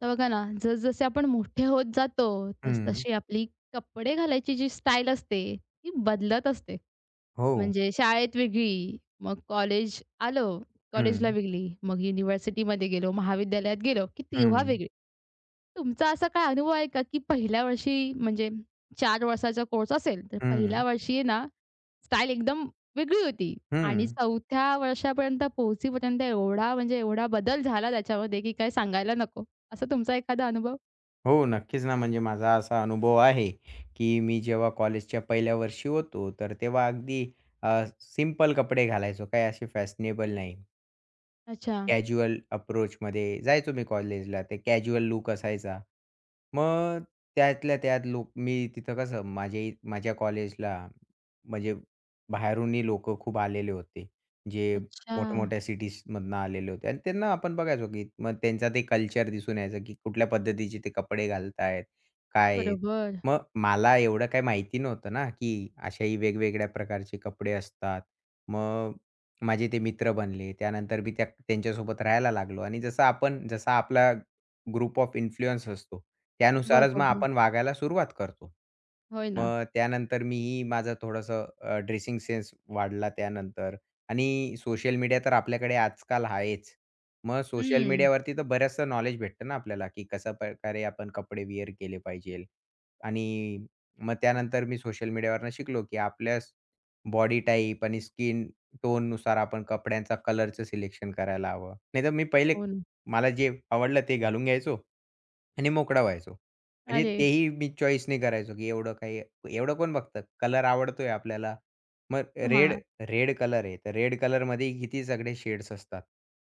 तर बघा ना, जसजसे आपण मोठे होत जातो, हं. तसतशी आपली कपडे घालायची जी स्टाईल असते, ती बदलत असते. हो. म्हणजे शाळेत वेगळी, मग कॉलेज आलं, कॉलेजला हं. वेगळी, मग युनिव्हर्सिटीमध्ये गेलो, महाविद्यालयात गेलो, की तेव्हा हं. वेगळी. तुमचा असा काय अनुभव आहे का, की पहिल्या वर्षी म्हणजे 4 वर्षाचा कोर्स असेल, तर पहिल्या हं. वर्षी आहे ना, स्टाईल एकदम वेगळी होती आणि हं. 4थ्या वर्षापर्यंत पोहोचीपर्यंत एवढा म्हणजे एवढा बदल झाला त्याच्यामध्ये, की काही सांगायला नको. असा तुमचा एखादा अनुभव? हो, नक्कीच ना, म्हणजे माझा असा अनुभव आहे, की मी जेव्हा कॉलेजच्या पहिल्या वर्षी होतो, तर तेव्हा अगदी अ, सिंपल कपडे घालायचो. काही असे फॅशनेबल नाही. अच्छा, कॅज्युअल अप्रोचमध्ये जायचो मी कॉलेजला. ते कॅज्युअल लूक असायचा. मग त्यातल्या त्यात लोक मी तिथं कसं माझ्या कॉलेजला म्हणजे बाहेरूनही लोकं खूप आलेले होते. जे अच्छा. मोठ्या-मोठ्या सिटीजमधनं आलेले होते आणि त्यांना आपण बघायचो, की मग त्यांचा ते कल्चर दिसून यायचं, की कुठल्या पद्धतीचे ते कपडे घालतायत, काय आहेत. बरोबर, मग मला एवढं काही माहिती नव्हतं ना, की अशाही वेगवेगळ्या प्रकारचे कपडे असतात. मग माझे ते मित्र बनले. त्यानंतर मी त्यांच्यासोबत राहायला लागलो आणि जसं आपण जसा आपला ग्रुप ऑफ इन्फ्लुअन्स असतो, त्यानुसारच मग बरोबर. आपण वागायला सुरुवात करतो. होय ना. मग त्यानंतर मीही माझं थोडंसं ड्रेसिंग सेन्स वाढला त्यानंतर आणि सोशल मीडिया तर आपल्याकडे आजकाल आहेच. मग सोशल हं. मीडियावरती तर बऱ्याचसं नॉलेज भेटतं ना आपल्याला, की कशा प्रकारे आपण कपडे वेअर केले पाहिजेल आणि मग त्यानंतर मी सोशल मीडियावरनं शिकलो, की आपल्या बॉडी टाइप आणि स्किन टोननुसार आपण कपड्यांचा कलरचं सिलेक्शन करायला हवं. नाहीतर मी पहिले हो ना. मला जे आवडलं ते घालून घ्यायचो आणि मोकळा व्हायचो. म्हणजे अरे! तेही मी चॉईस नाही करायचो, की एवढं काही एवढं कोण बघतं. कलर आवडतोय आपल्याला. मग रेड हां, रेड कलर आहे. तर रेड कलरमध्ये किती सगळे शेड्स असतात.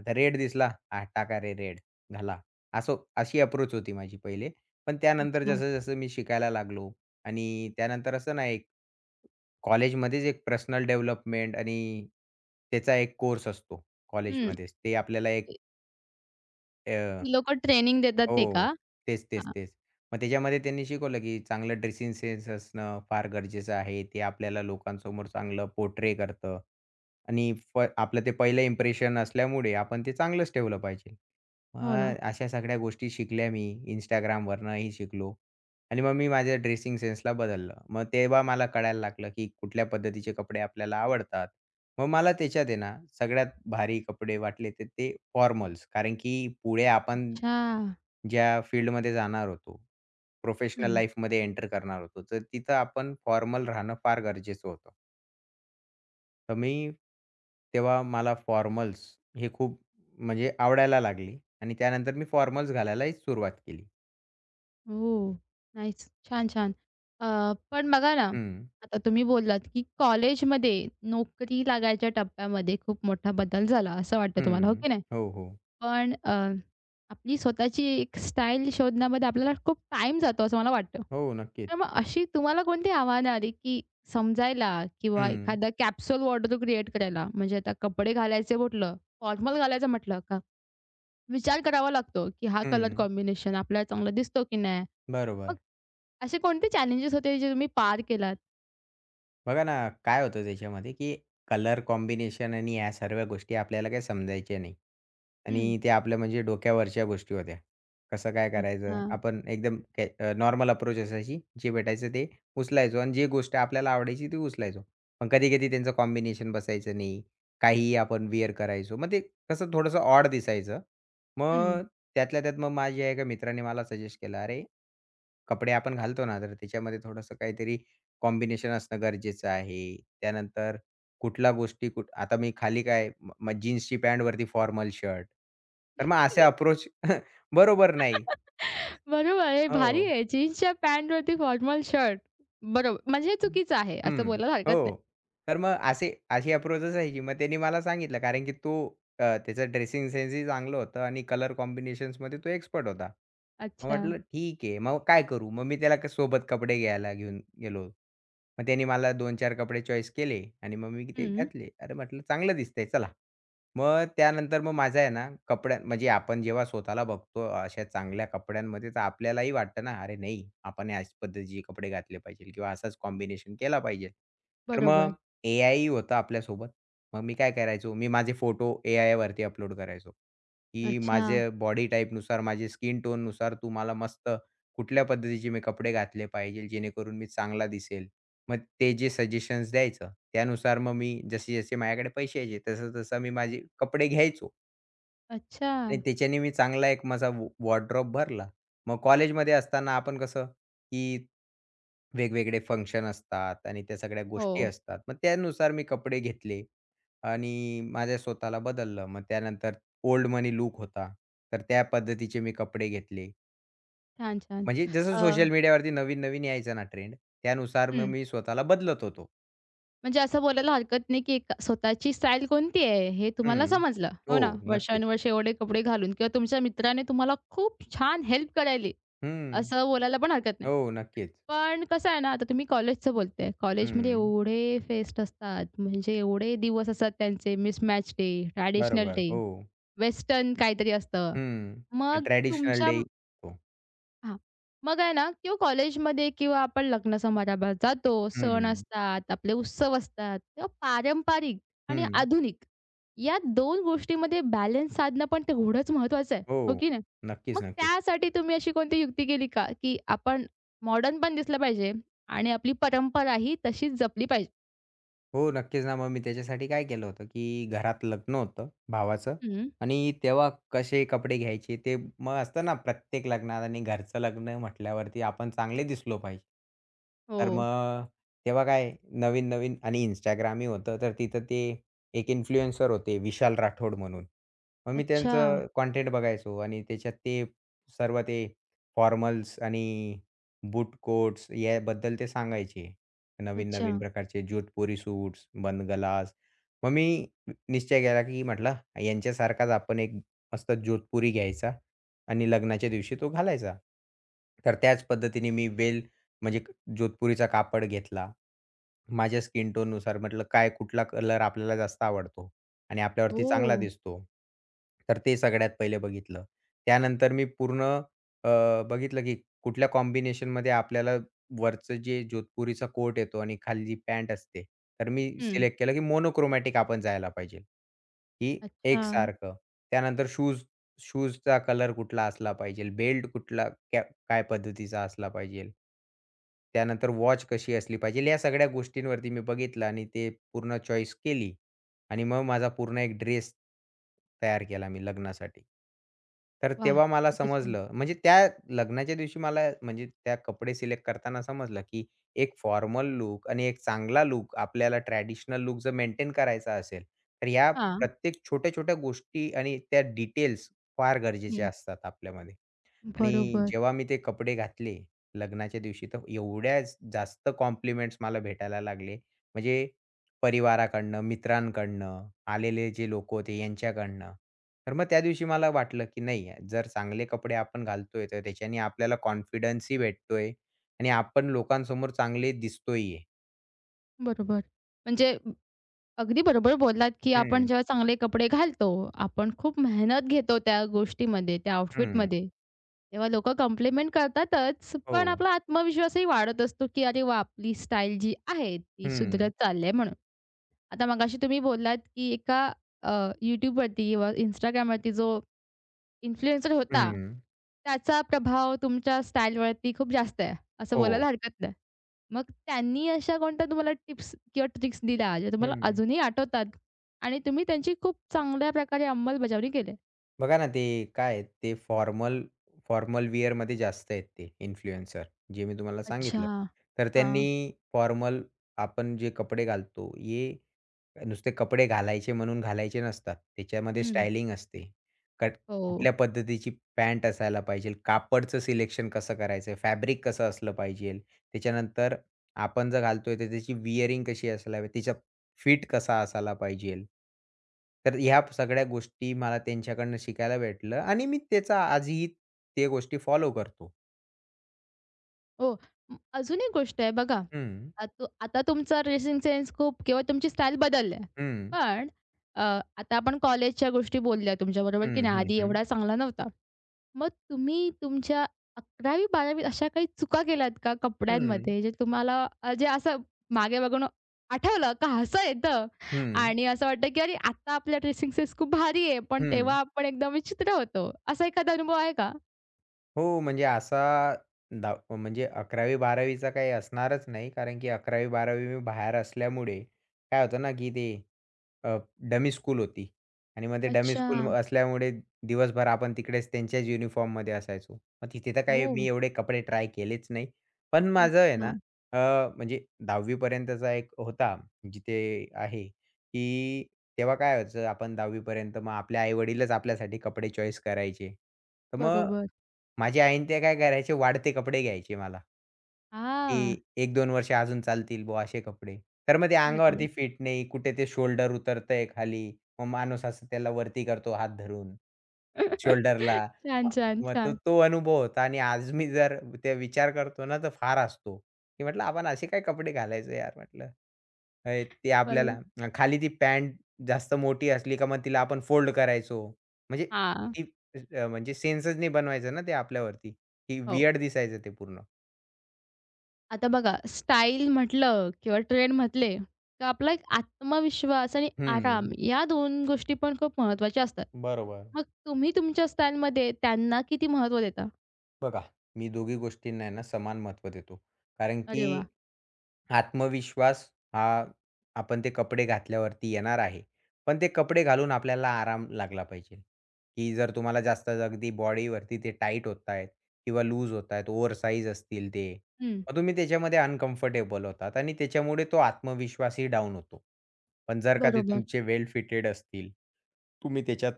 आता रेड दिसला, "हां, टाका रे रेड, घाला." असं अशी अप्रोच होती माझी पहिले. पण त्यानंतर अच्छा. जसं-जसं मी शिकायला लागलो आणि त्यानंतर असं नाही कॉलेजमध्येच एक पर्सनल डेव्हलपमेंट आणि त्याचा एक कोर्स असतो हं. कॉलेजमध्येच. ते आपल्याला एक ते अ, ती लोकं ट्रेनिंग देतात ते का? हो. तेच, तेच, हां. तेच. मग त्याच्यामध्ये त्यांनी शिकवलं, की चांगलं ड्रेसिंग सेन्स असणं फार गरजेचं आहे. ते आपल्याला लोकांसमोर चांगलं पोर्ट्रे करतं आणि आपलं ते पहिलं इम्प्रेशन असल्यामुळे आपण ते चांगलंच ठेवलं पाहिजे. हो ना. मग अशा सगळ्या गोष्टी शिकल्या मी. Instagramवरनंही शिकलो आणि मग मी माझ्या ड्रेसिंग सेन्सला बदललं. मग तेव्हा मला कळायला लागलं, की कुठल्या पद्धतीचे कपडे आपल्याला आवडतात. मग मला त्याच्यात आहे ना, सगळ्यात भारी कपडे वाटले तर ते फॉर्मल्स. कारण की पुढे आपण अच्छा. ज्या फील्डमध्ये जाणार होतो, प्रोफेशनल हं. लाईफमध्ये एंटर करणार होतो, तर तिथं आपण फॉर्मल राहणं फार गरजेचं होतं. तर मी तेव्हा मला फॉर्मल्स हे खूप म्हणजे आवडायला लागली आणि त्यानंतर मी फॉर्मल्स घालायलाही सुरुवात केली. ओह! नाईस. छान, छान. अ, पण बघा ना, हं, आता तुम्ही बोललात, की कॉलेजमध्ये नोकरी लागायच्या टप्प्यामध्ये खूप मोठा बदल झाला, असं वाटतं तुम्हाला, हो हं. की नाही? हो, हो. पण आपली स्वतःची एक स्टाईल शोधण्यामध्ये आपल्याला खूप टाइम जातो असं मला वाटतं. हो, नक्कीच. तर मग अशी तुम्हाला कोणती आव्हानं आली, की समजायला किंवा हं, एखादा कॅप्सूल वॉर्डरोब क्रिएट करायला? म्हणजे आता कपडे घालायचे म्हटलं, फॉर्मल घालायचं म्हटलं का विचार करावा लागतो, की हा कलर हं. कॉम्बिनेशन आपल्याला चांगला दिसतो की नाही? मग बरोबर. असे कोणते चॅलेंजेस होते जे तुम्ही पार केलात? बघा ना, काय होतं त्याच्यामध्ये, की कलर कॉम्बिनेशन आणि ह्या सर्व गोष्टी आपल्याला काही समजायच्या नाही. हं. आणि ते आपल्या म्हणजे डोक्यावरच्या गोष्टी होत्या. कसं काय करायचं? अच्छा. आपण एकदम काय नॉर्मल अप्रोच असायची. जे भेटायचं ते उचलायचो आणि जी गोष्ट आपल्याला आवडायची ती उचलायचो. पण कधी-कधी त्यांचं कॉम्बिनेशन बसायचं नाही. काहीही आपण वेअर करायचो. मग ते कसं थोडंसं ऑड दिसायचं. हं. मग त्यातल्या त्यात मग माझ्या एका मित्राने मला सजेस्ट केलं, "अरे कपडे आपण घालतो ना, तर त्याच्यामध्ये थोडंसं काहीतरी कॉम्बिनेशन असणं गरजेचं आहे. त्यानंतर कुठल्या गोष्टी कुठ आता मी खाली काय म मग जीन्सची पॅन्टवरती फॉर्मल शर्ट. तर मग असे अप्रोच बरोबर नाही. बरोबर आहे. भारी हो. आहे. जीन्सच्या पॅन्टवरती फॉर्मल शर्ट. बरोबर म्हणजे चुकीचं आहे असं हं. बोलायला हो. हरकत नाही. तर मग असे अशी अप्रोचच आहे की मग त्याने मला सांगितलं कारण की तो त्याचं ड्रेसिंग सेन्सही चांगलं होतं आणि कलर कॉम्बिनेशन्समध्ये तो एक्सपर्ट होता. मग अच्छा. म्हटलं ठीक आहे. मग काय करू? मग मी त्याला सोबत कपडे घ्यायला घेऊन गेलो. मग त्याने मला 2-4 कपडे चॉईस केले आणि मग मी ते हं. घातले. अरे म्हटलं चांगलं दिसतंय चला. मग त्यानंतर मग माझा आहे ना कपड्या म्हणजे आपण जेव्हा स्वतःला बघतो अशा चांगल्या कपड्यांमध्ये तर आपल्यालाही वाटतं ना, अरे नाही आपण याच पद्धतीचे कपडे घातले पाहिजे किंवा असाच कॉम्बिनेशन केला पाहिजे. तर बरोबर. मग एआयही होता आपल्यासोबत. मग मी काय करायचो, मी माझे फोटो एआयवरती अपलोड करायचो. की अच्छा, माझ्या बॉडी टाईपनुसार, माझ्या स्किन टोननुसार तू मला मस्त कुठल्या पद्धतीचे मी कपडे घातले पाहिजे, जेणेकरून मी चांगला दिसेल. मग ते जे सजेशन्स द्यायचं, त्यानुसार मग मी जसे-जसे माझ्याकडे पैसे यायचे, तसं-तसं मी माझे कपडे घ्यायचो अच्छा. आणि त्याच्याने मी चांगला एक माझा भरला. मग कॉलेजमध्ये असताना आपण कसं, की वेगवेगळे फंक्शन असतात आणि त्या सगळ्या गोष्टी हो. असतात. मग त्यानुसार मी कपडे घेतले. आणि माझ्या स्वतःला बदललं. मग त्यानंतर ओल्ड मनी लूक होता. तर त्या पद्धतीचे मी कपडे घेतले. छान, छान. म्हणजे जसं अ, सोशल मीडियावरती नवीन-नवीन यायचा ना ट्रेंड, त्यानुसार मग हं. मी स्वतःला बदलत होतो. म्हणजे असं बोलायला हरकत नाही, की एक स्वतःची स्टाईल कोणती आहे हे तुम्हाला हं. समजलं. हो हो, ना? नक्कीच. वर्षानुवर्षे एवढे कपडे घालून किंवा तुमच्या मित्राने तुम्हाला खूप छान हेल्प करायली, हं. असं बोलायला पण हरकत नाही. हो, नक्कीच. पण कसं आहे ना, आता तुम्ही कॉलेजचं बोलताय. कॉलेजमध्ये हं. एवढे फेस्ट असतात, म्हणजे एवढे दिवस असतात त्यांचे मिसमॅच डे, ट्रॅडिशनल बरोबर. डे, हो. वेस्टर्न काहीतरी असतं. हं. मग ट्रेडिशनल तुमच्या डे. हो. हां. मग आहे ना किंवा कॉलेजमध्ये किंवा आपण लग्न समारंभात जातो, सण हं. असतात, आपले उत्सव असतात तेव्हा पारंपरिक आणि हं. आधुनिक या 2 गोष्टीमध्ये बॅलन्स साधणं पण तेवढंच महत्त्वाचं आहे, हो. हो की नाही? मग नक्कीच, नक्कीच. त्यासाठी तुम्ही अशी कोणती युक्ती केली का, की आपण मॉडर्न पण दिसलं पाहिजे आणि आपली परंपरा ही तशीच जपली पाहिजे? हो, नक्कीच ना. मग मी त्याच्यासाठी काय केलं होतं, की घरात लग्न होतं भावाचं हं. आणि तेव्हा कसे कपडे घ्यायचे ते मग असतं ना प्रत्येक लग्नात आणि घरचं लग्न म्हटल्यावरती आपण चांगले दिसलो पाहिजे. हो. तर मग तेव्हा काय नवीन-नवीन आणि Instagramही होतं, तर तिथं ते एक इन्फ्लुएन्सर होते विशाल राठोड म्हणून. मग मी अच्छा, त्यांचं कंटेंट बघायचो आणि त्याच्यात ते सर्व ते फॉर्मल्स आणि बूट कोट्स याबद्दल ते सांगायचे. अच्छा. नवीन-नवीन प्रकारचे जोधपुरी सूट्स, बंद गलास. मग मी निश्चय केला की म्हटलं यांच्यासारखाच आपण एक मस्त जोधपुरी घ्यायचा आणि लग्नाच्या दिवशी तो घालायचा. तर त्याच पद्धतीने मी वेल म्हणजे जोधपुरीचा कापड घेतला. माझ्या स्किन टोननुसार म्हटलं काय कुठला कलर आपल्याला जास्त आवडतो आणि आपल्यावरती ओह! चांगला दिसतो. तर ते सगळ्यात पहिले बघितलं. त्यानंतर मी पूर्ण अ, बघितलं की कुठल्या कॉम्बिनेशनमध्ये आपल्याला वरचं जे जोधपुरीचा कोट येतो आणि खालची पॅन्ट असते. तर मी हं. सिलेक्ट केलं की मोनोक्रोमॅटिक आपण जायला पाहिजे, की अच्छा. एकसारखं. त्यानंतर शूज शूजचा कलर कुठला असला पाहिजे, बेल्ट कुठला काय पद्धतीचा असला पाहिजे. त्यानंतर वॉच कशी असली पाहिजे. या सगळ्या गोष्टींवरती मी बघितलं आणि ते पूर्ण चॉईस केली. आणि मग माझा पूर्ण एक ड्रेस तयार केला मी लग्नासाठी. तर वाह! तेव्हा मला खूपच सुंदर. समजलं म्हणजे त्या लग्नाच्या दिवशी मला म्हणजे त्या कपडे सिलेक्ट करताना समजलं, की एक फॉर्मल लूक आणि एक चांगला लूक आपल्याला ट्रेडिशनल लूक जर मेंटेन करायचा असेल, तर ह्या हां. प्रत्येक छोट्या-छोट्या गोष्टी आणि त्या डिटेल्स फार हं. गरजेच्या असतात आपल्यामध्ये. आणि बरोबर. जेव्हा मी ते कपडे घातले लग्नाच्या दिवशी, तर एवढ्या जास्त कॉम्प्लिमेंट्स मला भेटायला लागले. म्हणजे परिवाराकडनं, मित्रांकडनं, आलेले जे लोकं होते यांच्याकडनं. तर मग त्या दिवशी मला वाटलं, की नाही जर चांगले कपडे आपण घालतोय, तर त्याच्याने आपल्याला कॉन्फिडन्सही भेटतोय आणि आपण लोकांसमोर चांगले दिसतोय आहे. बरोबर. म्हणजे अगदी बरोबर बोललात, की आपण हं, जेव्हा चांगले कपडे घालतो, आपण खूप मेहनत घेतो त्या गोष्टीमध्ये, त्या आउटफिटमध्ये. तेव्हा लोकं कॉम्प्लिमेंट करतातच, हो. पण आपला आत्मविश्वासही वाढत असतो, की "अरे वाह! आपली स्टाईल जी आहे, ती सुधरत हं. चालली आहे." म्हणून. आता मगाशी तुम्ही बोललात, की एका अ, YouTubeवरती किंवा Instagramवरती जो इन्फ्लुएन्सर होता, हं. त्याचा प्रभाव तुमच्या स्टाईलवरती खूप जास्त आहे, असं हो. बोलायला हरकत नाही. मग त्यांनी अशा कोणत्या तुम्हाला टिप्स किंवा ट्रिक्स दिल्या, ज्या तुम्हाला हं. अजूनही आठवतात आणि तुम्ही त्यांची खूप चांगल्या प्रकारे अंमलबजावणी केली? बघा ना, ते काय आहेत, ते फॉर्मल फॉर्मल वेअरमध्ये जास्त आहेत ते इन्फ्लुएन्सर, जे मी तुम्हाला अच्छा. सांगितलं. तर त्यांनी हां. फॉर्मल आपण जे कपडे घालतो, हे नुसते कपडे घालायचे म्हणून घालायचे नसतात. त्याच्यामध्ये हं. स्टायलिंग असते. कट हो. कुठल्या पद्धतीची पॅन्ट असायला पाहिजे, कापडचं सिलेक्शन कसं करायचं, फॅब्रिक कसं असलं पाहिजे. त्याच्यानंतर आपण जर घालतोय, तर त्याची विअरिंग कशी असायला हवी, फिट कसा असायला पाहिजेल. तर ह्या सगळ्या गोष्टी मला त्यांच्याकडनं शिकायला भेटलं आणि मी त्याचा आजही त्या गोष्टी फॉलो करतो. हो. अजून एक गोष्ट आहे बघा, हं, आत आता तुमचा ड्रेसिंग सेन्स खूप किंवा तुमची स्टाईल बदलली आहे. हं, पण अ, आता आपण कॉलेजच्या गोष्टी बोलल्या तुमच्याबरोबर, की हं, नाही हं, आधी हं, एवढा चांगला नव्हता. मग तुम्ही तुमच्या 11वी बारावी अशा काही चुका केल्यात का हं, कपड्यांमध्ये, जे तुम्हाला जे असं मागे बघून आठवलं का हसू येतं हं, आणि असं वाटतं, की अरे आता आपला ड्रेसिंग सेन्स खूप भारी आहे, पण तेव्हा हं. आपण एकदम विचित्र होतो. असा एखादा अनुभव आहे का? हो, म्हणजे असा म्हणजे 11वी-12वी काही असणारच नाही कारण की 11वी-12वी मी बाहेर असल्यामुळे काय होतं ना, की ते अ, डमी स्कूल होती आणि मग ते डमी अच्छा. स्कूल असल्यामुळे दिवसभर आपण तिकडेच त्यांच्याच युनिफॉर्ममध्ये असायचो. मग तिथे तर काही हो. मी एवढे कपडे ट्राय केलेच नाही. पण माझं आहे ना अच्छा. अ, म्हणजे 10वी पर्यंतचा एक होता जिथे आहे, की तेव्हा काय व्हायचं आपण 10वी पर्यंत मग आपले आई आपल्यासाठी कपडे चॉईस करायचे. तर मग बरोबर. माझी आईन ते काय करायचे वाढते कपडे घ्यायचे मला. की हां. 1-2 वर्ष अजून चालतील बुवा असे कपडे. तर मग ते बरोबर. अंगावरती फिट नाही. कुठे ते शोल्डर उतरतंय खाली. मग माणूस असं त्याला वरती करतो हात धरून. शोल्डरला. छान, मग छान, मग तो छान. तो अनुभव होता आणि आज मी जर ते विचार करतो ना, तर फार हसतो, की म्हटलं आपण असे काय कपडे घालायचो यार म्हटलं. ते आपल्याला बरोबर. खाली ती पॅन्ट जास्त मोठी असली का मग तिला आपण फोल्ड करायचो. म्हणजे हां. ती म्हणजे सेन्सच नाही बनवायचं ना ते आपल्यावरती, की हो. वियर्ड दिसायचं ते पूर्ण. आता बघा स्टाईल म्हटलं किंवा ट्रेंड म्हटले, तर आपला एक आत्मविश्वास आणि आराम हं, या दोन गोष्टी पण खूप महत्त्वाच्या असतात. बरोबर. मग तुम्ही तुमच्या स्टाईलमध्ये त्यांना किती महत्त्व देता? बघा, मी दोघी गोष्टींना आहे ना समान महत्त्व देतो. कारण अरे की वाह! आत्मविश्वास हा आपण ते कपडे घातल्यावरती येणार आहे. पण ते कपडे घालून आपल्याला आराम लागला पाहिजे, की जर तुम्हाला जास्त अगदी बॉडीवरती ते टाईट होत आहेत किंवा लूज होत आहेत, ओव्हरसाइज असतील ते, हं. मग तुम्ही त्याच्यामध्ये अनकम्फर्टेबल होतात आणि त्याच्यामुळे तो आत्मविश्वासही डाऊन होतो. पण जर का ते बरोबर. तुमचे वेल फिटेड असतील, तुम्ही त्याच्यात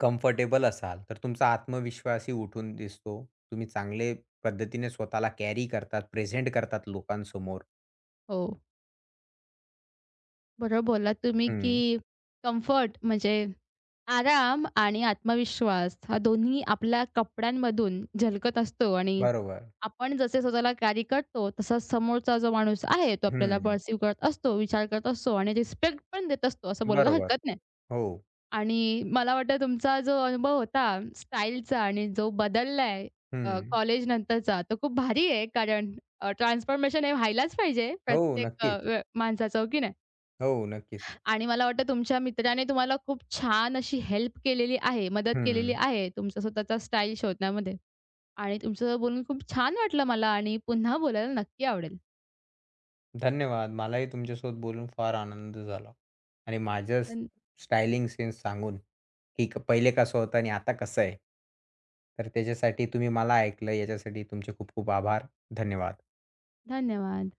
कम्फर्टेबल असाल, तर तुमचा आत्मविश्वासही उठून दिसतो. तुम्ही चांगले पद्धतीने स्वतःला कॅरी करतात, प्रेझेंट करतात लोकांसमोर. हो. बरोबर बोललात तुम्ही, हं, की कम्फर्ट म्हणजे आराम आणि आत्मविश्वास हा दोन्ही आपल्या कपड्यांमधून झलकत असतो आणि बरोबर. आपण जसे स्वतःला कॅरी करतो, तसा समोरचा जो माणूस आहे, तो आपल्याला हं, पर्सीव्ह करत असतो, विचार करत असतो आणि रिस्पेक्ट पण देत असतो, असं बोलायला बरोबर. हरकत नाही. हो. आणि मला वाटतं तुमचा जो अनुभव होता स्टाईलचा आणि जो बदललाय हं. कॉलेज नंतरचा, तो खूप भारी आहे. कारण ट्रान्सफॉर्मेशन हे व्हायलाच पाहिजे हो, प्रत्येक अ, नक्कीच. व्य माणसाचं, हो की नाही? हो, नक्कीच. आणि मला वाटतं तुमच्या मित्राने तुम्हाला खूप छान अशी हेल्प केलेली आहे, मदत केलेली हं. आहे तुमचा स्वतःचा स्टाईल शोधण्यामध्ये. आणि तुमच्यासोबत बोलून खूप छान वाटलं मला आणि पुन्हा बोलायला नक्की आवडेल. धन्यवाद. मलाही तुमच्यासोबत बोलून फार आनंद झाला आणि माझं धन स्टायलिंग सेन्स सांगून, की पहिले कसं होतं आणि आता कसं आहे. तर त्याच्यासाठी तुम्ही मला ऐकलं याच्यासाठी तुमचे खूप खूप आभार. धन्यवाद. धन्यवाद.